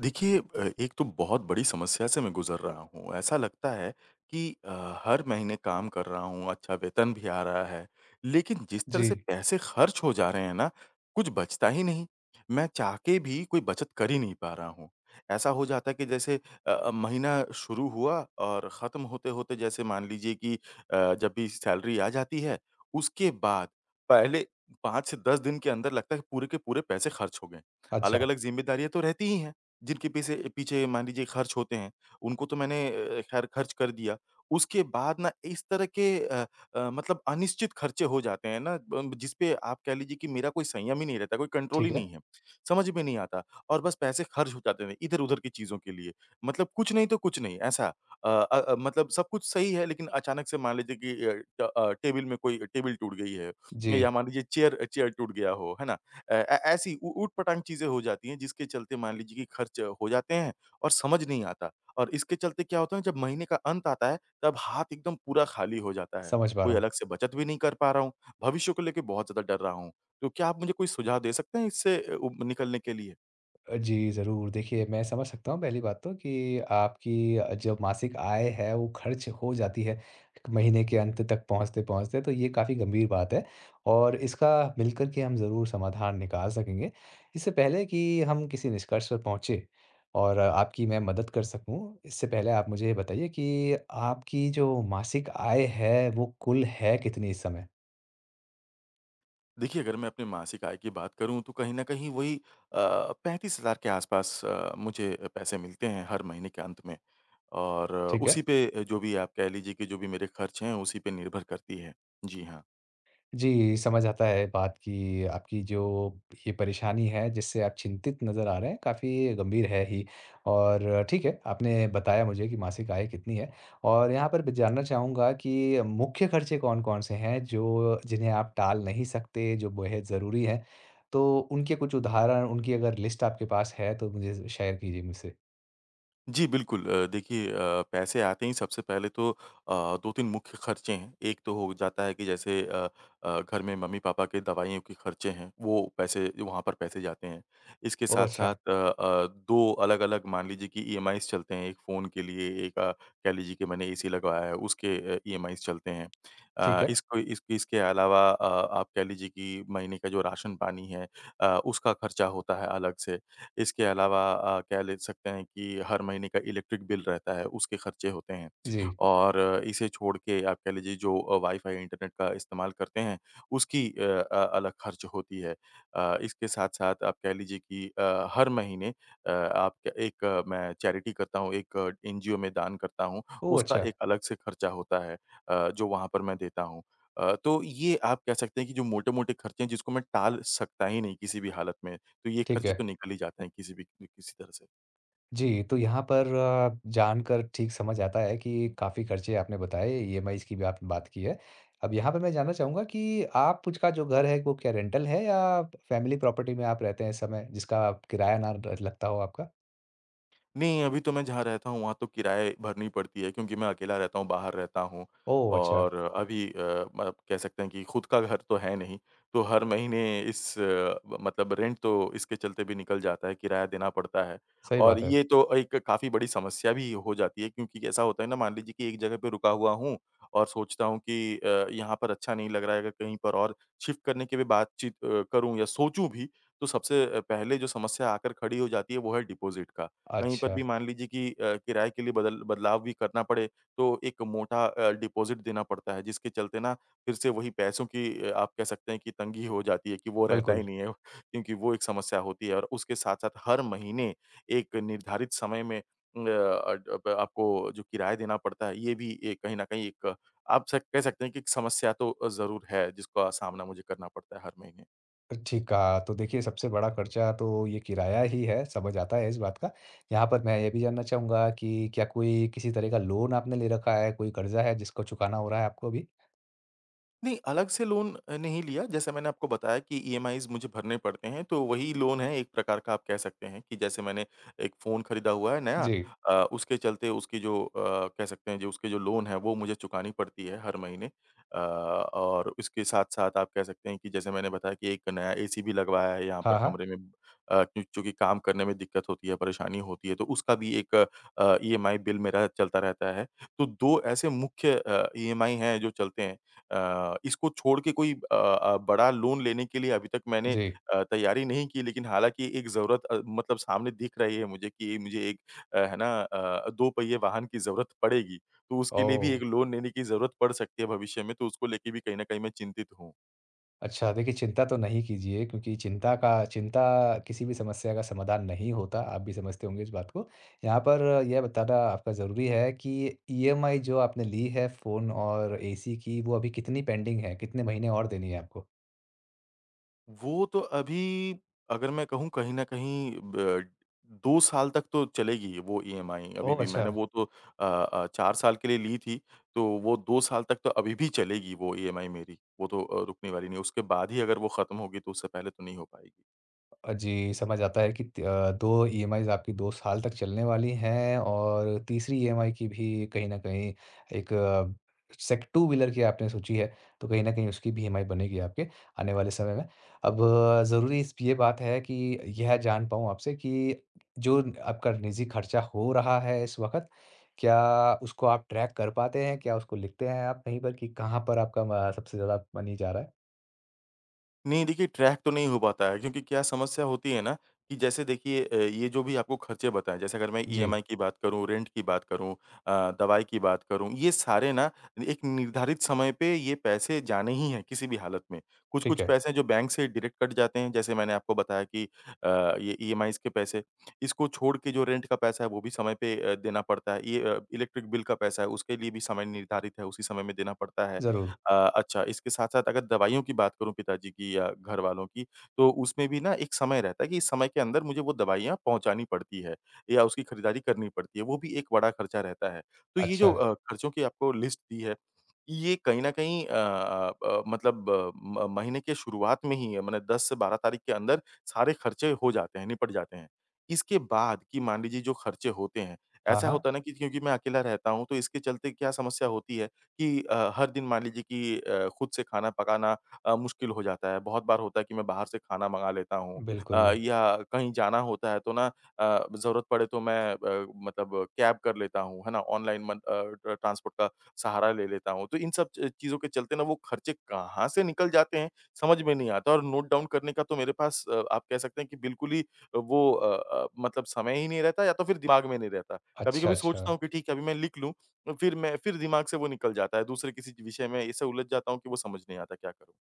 देखिए, एक तो बहुत बड़ी समस्या से मैं गुज़र रहा हूँ। ऐसा लगता है कि हर महीने काम कर रहा हूँ, अच्छा वेतन भी आ रहा है, लेकिन जिस तरह जी, से पैसे खर्च हो जा रहे हैं ना, कुछ बचता ही नहीं। मैं चाह के भी कोई बचत कर ही नहीं पा रहा हूँ। ऐसा हो जाता है कि जैसे महीना शुरू हुआ और ख़त्म होते-होते जैसे मान लीजिए कि जब भी सैलरी आ जाती है, उसके बाद पहले 5 से 10 दिन के अंदर लगता है कि पूरे के पूरे पैसे खर्च हो गए। अच्छा, अलग-अलग ज़िम्मेदारियाँ तो रहती ही हैं। जिनके पीछे पीछे मान लीजिए खर्च होते हैं, उनको तो मैंने ख़ैर खर्च कर दिया। उसके बाद ना इस तरह के मतलब अनिश्चित खर्चे हो जाते हैं ना, ब जिस पे आप कह लीजिए कि मेरा कोई संयम ही नहीं रहता, कोई कंट्रोल ही ठीक नहीं है। है। समझ में नहीं आता और बस पैसे खर्च हो जाते हैं इधर-उधर की चीज़ों के लिए। मतलब कुछ नहीं तो कुछ नहीं ऐसा। मतलब सब कुछ सही है लेकिन अचानक से मान लीजिए कि टेबल में कोई टेबल टूट गई है या जी, मान लीजिए चेयर चेयर टूट गया हो, है ना? अ, ए ऐसी ऊ ऊट-पटांग चीज़ें हो जाती हैं जिसके चलते मान लीजिए कि खर्च हो जाते हैं और समझ नहीं आता। और इसके चलते क्या होता है जब महीने का अंत आता है तब हाथ एकदम पूरा खाली हो जाता है। समझ पा कोई रहा हूँ। अलग से बचत भी नहीं कर पा रहा हूँ, भविष्य को लेके बहुत ज़्यादा डर रहा हूँ। तो क्या आप मुझे कोई सुझाव दे सकते हैं इससे अ, उब निकलने के लिए? जी, ज़रूर। देखिए, मैं समझ सकता हूँ पहली बात तो कि आपकी जो मासिक आय है, वो खर्च हो जाती है, महीने के अंत तक पहुँचते-पहुँचते, तो ये काफ़ी गंभीर बात है और इसका मिलकर के हम ज़रूर समाधान निकाल सकेंगे। इससे पहले कि हम किसी निष्कर्ष पर पहुँचे और आपकी मैं मदद कर सकूँ, इससे पहले आप मुझे ये बताइए कि आपकी जो मासिक आय है, वो कुल है कितनी इस समय? देखिए, अगर मैं अपनी मासिक आय की बात करूँ तो कहीं न कहीं वही अ, 35,000 के आसपास मुझे पैसे मिलते हैं हर महीने के अंत में। और ठीक है? उसी पे जो भी आप कह लीजिए कि जो भी मेरे खर्च हैं, उसी पे निर्भर करती है। जी हाँ। जी, समझ आता है बात कि आपकी जो ये परेशानी है जिससे आप चिंतित नज़र आ रहे हैं, काफ़ी गंभीर है ही। और ठीक है, आपने बताया मुझे कि मासिक आय कितनी है और यहाँ पर मैं जानना चाहूँगा कि मुख्य खर्चे कौन-कौन से हैं जो जिन्हें आप टाल नहीं सकते, जो बेहद ज़रूरी हैं? तो उनके कुछ उदाहरण, उनकी अगर लिस्ट आपके पास है तो मुझे ज़ शेयर कीजिए मुझसे। जी, बिल्कुल, देखिए, पैसे आते ही सबसे पहले तो 2-3 मुख्य खर्चे हैं। एक तो हो जाता है कि जैसे घर में मम्मी-पापा के दवाइयों के खर्चे हैं, वो पैसे वहाँ पर पैसे जाते हैं। इसके ओह! साथ-साथ अच्छा, 2 अलग-अलग मान लीजिए कि ईएमआईज़ चलते हैं, एक फ़ोन के लिए, एक कह लीजिए कि मैंने एसी लगवाया है, उसके ईएमआईज़ चलते हैं। ठीक अ, है। इसको इस इसके अलावा आप कह लीजिए कि महीने का जो राशन-पानी है, उसका खर्चा होता है अलग से। इसके अलावा, क्या ले सकते हैं कि हर महीने का इलेक्ट्रिक बिल रहता है, उसके खर्चे होते हैं जी। और इसे छोड़ के आप कह लीजिए जो वाई-फाई इंटरनेट का इस्तेमाल करते हैं, उसकी अलग खर्च होती है। इसके साथ-साथ आप कह लीजिए कि हर महीने अ, आप क्या- एक अ, मैं चैरिटी करता हूँ, एक एनजीओ में दान करता हूँ, ओह! उसका अच्छा, एक अलग से खर्चा होता है जो वहाँ पर मैं देता हूँ। तो ये आप कह सकते हैं कि जो मोटे-मोटे खर्चे हैं जिसको मैं टाल सकता ही नहीं किसी भी हालत में। तो ये ठीक खर्चे है। तो निकल ही जाते हैं किसी भी किसी तरह से। जी, तो यहाँ पर जानकर ठीक समझ आता है कि काफ़ी खर्चे आपने बताए, ईएमआईज़ की भी आपने बात की है। अब यहाँ पे मैं जानना चाहूँगा कि आप का जो घर है वो क्या रेंटल है या फैमिली प्रॉपर्टी में आप रहते हैं इस समय जिसका आप किराया ना र लगता हो आपका? नहीं, अभी तो मैं जहाँ रहता हूँ वहाँ तो किराए भरनी पड़ती है क्योंकि मैं अकेला रहता हूँ, बाहर रहता हूँ ओह! अच्छा, और अभी, मतलब कह सकते हैं कि खुद का घर तो है नहीं। तो हर महीने मतलब रेंट तो इसके चलते भी निकल जाता है, किराया देना पड़ता है सही और बात है। ये तो एक काफ़ी बड़ी समस्या भी हो जाती है क्योंकि ऐसा होता है ना, मान लीजिए कि एक जगह पे रुका हुआ हूँ और सोचता हूँ कि यहाँ पर अच्छा नहीं लग रहा है, अगर कहीं पर और शिफ्ट करने की भी बातचीत करूँ या सोचूँ भी, तो सबसे पहले जो समस्या आकर खड़ी हो जाती है वो है डिपॉज़िट का। कहीं पर अच्छा, भी मान लीजिए कि किराए के लिए बदलाव भी करना पड़े, तो एक मोटा डिपॉज़िट देना पड़ता है, जिसके चलते ना, फिर से वही पैसों की आप कह सकते हैं कि तंगी हो जाती है कि वो रहता ही बिल्कुल। नहीं है, क्योंकि वो एक समस्या होती है और उसके साथ-साथ हर महीने एक निर्धारित समय में अ, अड अप आपको जो किराया देना पड़ता है, ये भी ए कहीं न कहीं एक, आप सक कह सकते हैं कि एक समस्या तो ज़रूर है, जिसका सामना मुझे करना पड़ता है हर महीने। ठीक कहा, तो देखिए सबसे बड़ा खर्चा तो ये किराया ही है, समझ आता है इस बात का। यहाँ पर मैं ये भी जानना चाहूँगा कि क्या कोई किसी तरह का लोन आपने ले रखा है, कोई कर्ज़ा है जिसको चुकाना हो रहा है आपको अभी? नहीं, अलग से लोन नहीं लिया, जैसे मैंने आपको बताया कि ईएमआईज़ मुझे भरने पड़ते हैं, तो वही लोन है एक प्रकार का, आप कह सकते हैं कि जैसे मैंने एक फ़ोन खरीदा हुआ है नया, जी। अ, उसके चलते उसकी जो कह सकते हैं जो उसके जो लोन है वो मुझे चुकानी पड़ती है हर महीने, और इसके साथ-साथ आप कह सकते हैं कि जैसे मैंने बताया कि एक नया एसी भी लगवाया है यहाँ पर हाँ, हाँ। कमरे में, अ, क्यों चूँकि काम करने में दिक्कत होती है, परेशानी होती है, तो उसका भी एक ईएमआई बिल मेरा चलता रहता है। तो 2 ऐसे मुख्य ईएमआई हैं जो चलते हैं। इसको छोड़ के कोई बड़ा लोन लेने के लिए अभी तक मैंने जी। तैयारी नहीं की, लेकिन हालाँकि एक ज़रूरत मतलब सामने दिख रही है मुझे कि मुझे एक, है ना, 2 पहिए वाहन की ज़रूरत पड़ेगी, तो उसके लिए भी ओह! एक लोन लेने की ज़रूरत पड़ सकती है भविष्य में, तो उसको लेके भी कहीं न कहीं मैं चिंतित हूँ। अच्छा, देखिए चिंता तो नहीं कीजिए क्योंकि चिंता किसी भी समस्या का समाधान नहीं होता, आप भी समझते होंगे इस बात को। यहाँ पर यह बताना आपका ज़रूरी है कि ईएमआई जो आपने ली है फ़ोन और एसी की, वो अभी कितनी पेंडिंग है? कितने महीने और देनी है आपको? वो तो अभी, अगर मैं कहूँ कहीं न कहीं ब 2 साल तक तो चलेगी वो ईएमआई, अभी ओह! भी अच्छा। मैंने वो तो 4 साल के लिए ली थी, तो वो 2 साल तक तो अभी भी चलेगी वो ईएमआई मेरी, वो तो रुकने वाली नहीं है, उसके बाद ही अगर वो खत्म होगी तो उससे पहले तो नहीं हो पाएगी। जी, समझ आता है कि 2 ईएमआईज़ आपकी 2 साल तक चलने वाली हैं और तीसरी ईएमआई की भी कहीं न कहीं एक अ, सेक टू व्हीलर की आपने सोची है, तो कहीं न कहीं उसकी भी ईएमआई बनेगी आपके आने वाले समय में। अब ज़रूरी इस ये बात है कि यह जान पाऊँ आपसे कि जो न- आपका निजी खर्चा हो रहा है इस वक़्त, क्या उसको आप ट्रैक कर पाते हैं? क्या उसको लिखते हैं आप कहीं पर कि कहाँ पर आपका म सबसे ज़्यादा मनी जा रहा है? नहीं देखिए, ट्रैक तो नहीं हो पाता है क्योंकि क्या समस्या होती है ना कि जैसे देखिए, ये जो भी आपको खर्चे बताएँ, जैसे अगर मैं जी, ईएमआई की बात करूँ, रेंट की बात करूँ, अ, दवाई की बात करूँ, ये सारे ना, एक निर्धारित समय पे ये पैसे जाने ही हैं किसी भी हालत में। कुछ-कुछ ठीक है, पैसे जो बैंक से डायरेक्ट कट जाते हैं, जैसे मैंने आपको बताया कि अ, ये ईएमआईज़ के पैसे, इसको छोड़ के जो रेंट का पैसा है वो भी समय पे देना पड़ता है। ये इलेक्ट्रिक बिल का पैसा है, उसके लिए भी समय निर्धारित है, उसी समय में देना पड़ता है। ज़रूर। अच्छा, इसके साथ-साथ अगर दवाइयों की बात करूँ पिताजी की या घर वालों की, तो उसमें भी ना एक समय रहता है कि इस समय के अंदर मुझे वो दवाइयाँ पहुँचानी पड़ती है या उसकी खरीदारी करनी पड़ती है, वो भी एक बड़ा खर्चा रहता है। तो ये जो अच्छा। खर्चों की आपको लिस्ट दी है, ये कहीं न कहीं, मतलब, अ, म महीने के शुरुआत में ही माने 10 से 12 तारीख के अंदर सारे खर्चे हो जाते हैं, निपट जाते हैं। इसके बाद कि मान लीजिए जो खर्चे होते हैं, हाँ, ऐसा हाँ। होता है ना कि क्योंकि मैं अकेला रहता हूँ, तो इसके चलते क्या समस्या होती है कि हर दिन मान लीजिए कि खुद से खाना पकाना मुश्किल हो जाता है। बहुत बार होता है कि मैं बाहर से खाना मँगा लेता हूँ, बिल्कुल। या कहीं जाना होता है तो ना, ज़रूरत पड़े तो मैं, मतलब कैब कर लेता हूँ, है ना? ऑनलाइन मन अ, ट्र ट्रांसपोर्ट का सहारा ले लेता हूँ। तो इन सब च चीज़ों के चलते ना वो खर्चे कहाँ से निकल जाते हैं, समझ में नहीं आता और नोट डाउन करने का तो मेरे पास, आप कह सकते हैं कि बिल्कुल ही वो, मतलब समय ही नहीं रहता या तो फिर दिमाग में नहीं रहता। अच्छा, कभी-कभी अच्छा। सोचता हूँ कि ठीक है अभी मैं लिख लूँ तो फिर दिमाग से वो निकल जाता है, दूसरे किसी विषय में ऐसे उलझ जाता हूँ कि वो समझ नहीं आता क्या करूँ?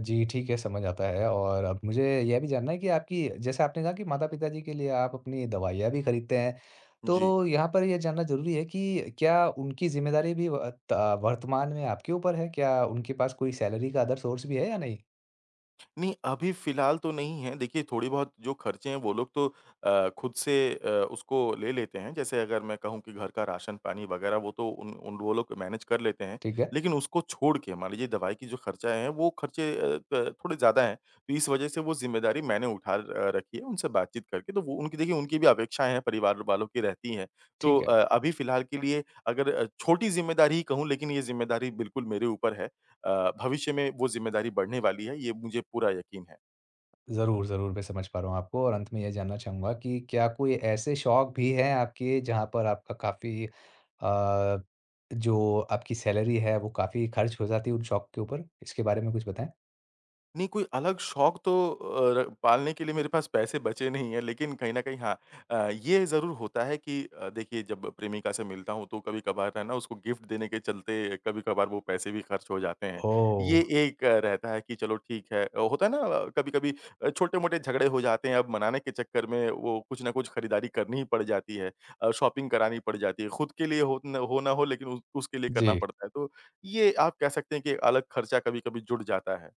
जी, ठीक है, समझ आता है और अब मुझे यह भी जानना है कि आपकी जैसे आपने कहा कि माता-पिता जी के लिए आप अपनी दवाइयाँ भी खरीदते हैं, जी। तो यहाँ पर ये जानना ज़रूरी है कि क्या उनकी ज़िम्मेदारी भी व त वर्तमान में आपके ऊपर है? क्या उनके पास कोई सैलरी का अदर सोर्स भी है या नहीं? नहीं, अभी फ़िलहाल तो नहीं है। देखिए, थोड़ी बहुत जो खर्चे हैं वो लोग तो खुद से उसको ले लेते हैं। जैसे अगर मैं कहूँ कि घर का राशन-पानी वग़ैरह वो तो उन उन वो लोग मैनेज कर लेते हैं। ठीक है, लेकिन उसको छोड़ के मान लीजिए दवाई की जो खर्चा है वो खर्चे अ, क थोड़े ज़्यादा हैं। तो इस वज़ह से वो ज़िम्मेदारी मैंने उठा र रखी है उनसे बातचीत करके। तो वो, उनकी देखिए, उनकी भी अपेक्षाएँ हैं, परिवार वालों की रहती हैं। तो ठीक है। अभी फ़िलहाल के लिए, अगर छोटी ज़िम्मेदारी ही कहूँ लेकिन ये ज़िम्मेदारी बिल्कुल मेरे ऊपर है। भविष्य में वो ज़िम्मेदारी बढ़ने वाली है, ये मुझे पूरा यकीन है। ज़रूर, ज़रूर, मैं समझ पा रहा हूँ आपको और अंत में ये जानना चाहूँगा कि क्या कोई ऐसे शौक भी हैं आपके जहाँ पर आपका काफ़ी जो आपकी सैलरी है वो काफ़ी खर्च हो जाती है उन शौक के ऊपर? इसके बारे में कुछ बताएँ? नहीं, कोई अलग शौक तो अ, र पालने के लिए मेरे पास पैसे बचे नहीं हैं, लेकिन कहीं न कहीं हाँ, ये ज़रूर होता है कि देखिए जब प्रेमिका से मिलता हूँ, तो कभी-कभार है ना, उसको गिफ्ट देने के चलते कभी-कभार वो पैसे भी खर्च हो जाते हैं। ये ओह! एक रहता है कि चलो ठीक है, होता है ना, कभी-कभी छोटे-मोटे झगड़े हो जाते हैं, अब मनाने के चक्कर में वो कुछ ना कुछ खरीदारी करनी ही पड़ जाती है, शॉपिंग करानी पड़ जाती है। खुद के लिए हो न हो ना हो लेकिन उस उसके लिए जी। करना पड़ता है। तो ये आप कह सकते हैं कि एक अलग खर्चा कभी-कभी जुड़ जाता है।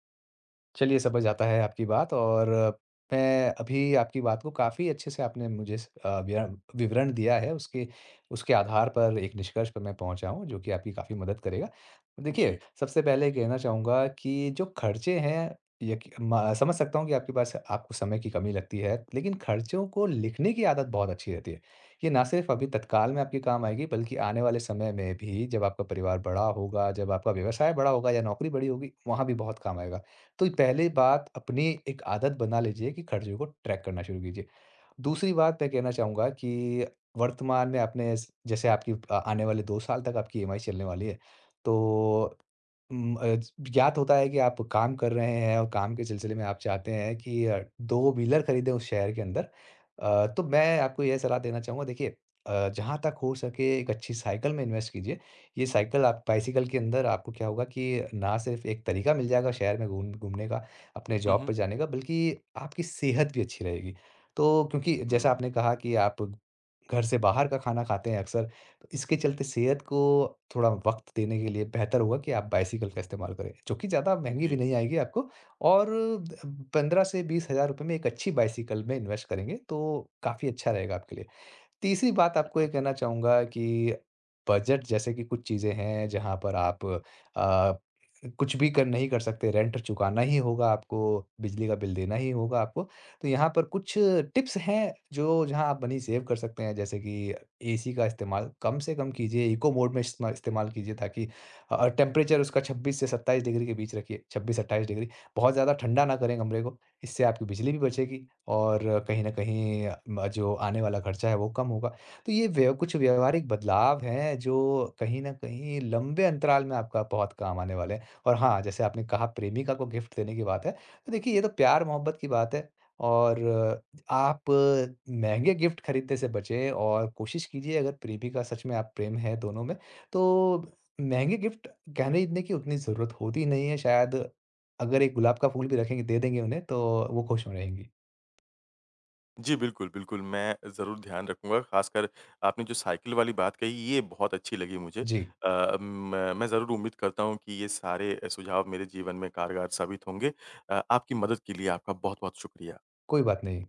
चलिए समझ आता है आपकी बात और मैं अभी आपकी बात को काफ़ी अच्छे से आपने मुझे विवरण विवरण दिया है उसके उसके आधार पर एक निष्कर्ष पर मैं पहुंचा हूं जो कि आपकी काफ़ी मदद करेगा। देखिए जी। सबसे पहले कहना चाहूँगा कि जो खर्चे हैं, समझ सकता हूँ कि आपके पास आपको समय की कमी लगती है लेकिन खर्चों को लिखने की आदत बहुत अच्छी रहती है। ये ना सिर्फ अभी तत्काल में आपके काम आएगी बल्कि आने वाले समय में भी जब आपका परिवार बड़ा होगा, जब आपका व्यवसाय बड़ा होगा या नौकरी बड़ी होगी, वहाँ भी बहुत काम आएगा। तो पहले बात अपनी एक आदत बना लीजिए कि खर्चों को ट्रैक करना शुरू कीजिए। दूसरी बात मैं कहना चाहूँगा कि वर्तमान में आपने स जैसे आपकी आने वाले 2 साल तक आपकी ईएमआई चलने वाली है। तो उम, अ, ज्ञात होता है कि आप काम कर रहे हैं और काम के सिलसिले में आप चाहते हैं कि 2 व्हीलर खरीदें उस शहर के अंदर। तो मैं आपको यह सलाह देना चाहूँगा। देखिए, जहाँ तक हो सके एक अच्छी साइकिल में इन्वेस्ट कीजिए। ये साइकिल आप बाइसिकल के अंदर आपको क्या होगा कि ना सिर्फ़ एक तरीका मिल जाएगा शहर में घूमने का, अपने हुँ, जॉब हुँ। पे जाने का बल्कि आपकी सेहत भी अच्छी रहेगी। तो क्योंकि जैसा हुँ, आपने कहा कि आप घर से बाहर का खाना खाते हैं अक्सर, तो इसके चलते सेहत को थोड़ा वक़्त देने के लिए बेहतर होगा कि आप बाइसिकल का इस्तेमाल करें, जो कि ज़्यादा महँगी भी जी, नहीं आएगी आपको और 15 से 20 हज़ार रुपए में एक अच्छी बाइसिकल में इन्वेस्ट करेंगे, तो काफ़ी अच्छा रहेगा आपके लिए। तीसरी बात ठीक आपको है। ये कहना चाहूँगा कि बजट जैसे कि कुछ चीज़ें हैं जहाँ पर आप अ, कुछ भी कर नहीं कर सकते, रेंट चुकाना ही होगा आपको, बिजली का बिल देना ही होगा आपको। तो यहाँ पर कुछ टिप्स हैं जो जहाँ आप मनी सेव कर सकते हैं जैसे कि एसी का इस्तेमाल कम से कम कीजिए, इको मोड में इस्मा इस्तेमाल कीजिए ताकि टेम्परेचर उसका 26 से 27 डिग्री के बीच रखिए, 26-28 डिग्री। बहुत ज़्यादा ठंडा ना करें कमरे को, इससे आपकी बिजली भी बचेगी। और कहीं न कहीं म जो आने वाला खर्चा है वो कम होगा। तो ये व्य कुछ व्यावहारिक बदलाव हैं जो कहीं न कहीं लंबे अंतराल में आपका बहुत काम आने वाले हैं। और हाँ, जैसे आपने कहा प्रेमिका को गिफ्ट देने की बात है, तो देखिए ये तो प्यार-मोहब्बत की बात है और आप महँगे गिफ्ट खरीदने से बचें और कोशिश कीजिए, अगर प्रेमिका सच में आप प्रेम है दोनों में, तो महँगे गिफ्ट खरीदने की उतनी ज़रूरत होती नहीं है शायद। अगर एक गुलाब का फूल भी रखेंगे दे देंगे उन्हें तो वो खुश हो रहेंगी। जी, बिल्कुल, बिल्कुल, मैं ज़रूर ध्यान रखूँगा, ख़ासकर आपने जो साइकिल वाली बात कही, ये बहुत अच्छी लगी मुझे। जी, मैं ज़रूर उम्मीद करता हूँ कि ये सारे सुझाव मेरे जीवन में कारगर साबित होंगे। आपकी मदद के लिए आपका बहुत-बहुत शुक्रिया। कोई बात नहीं।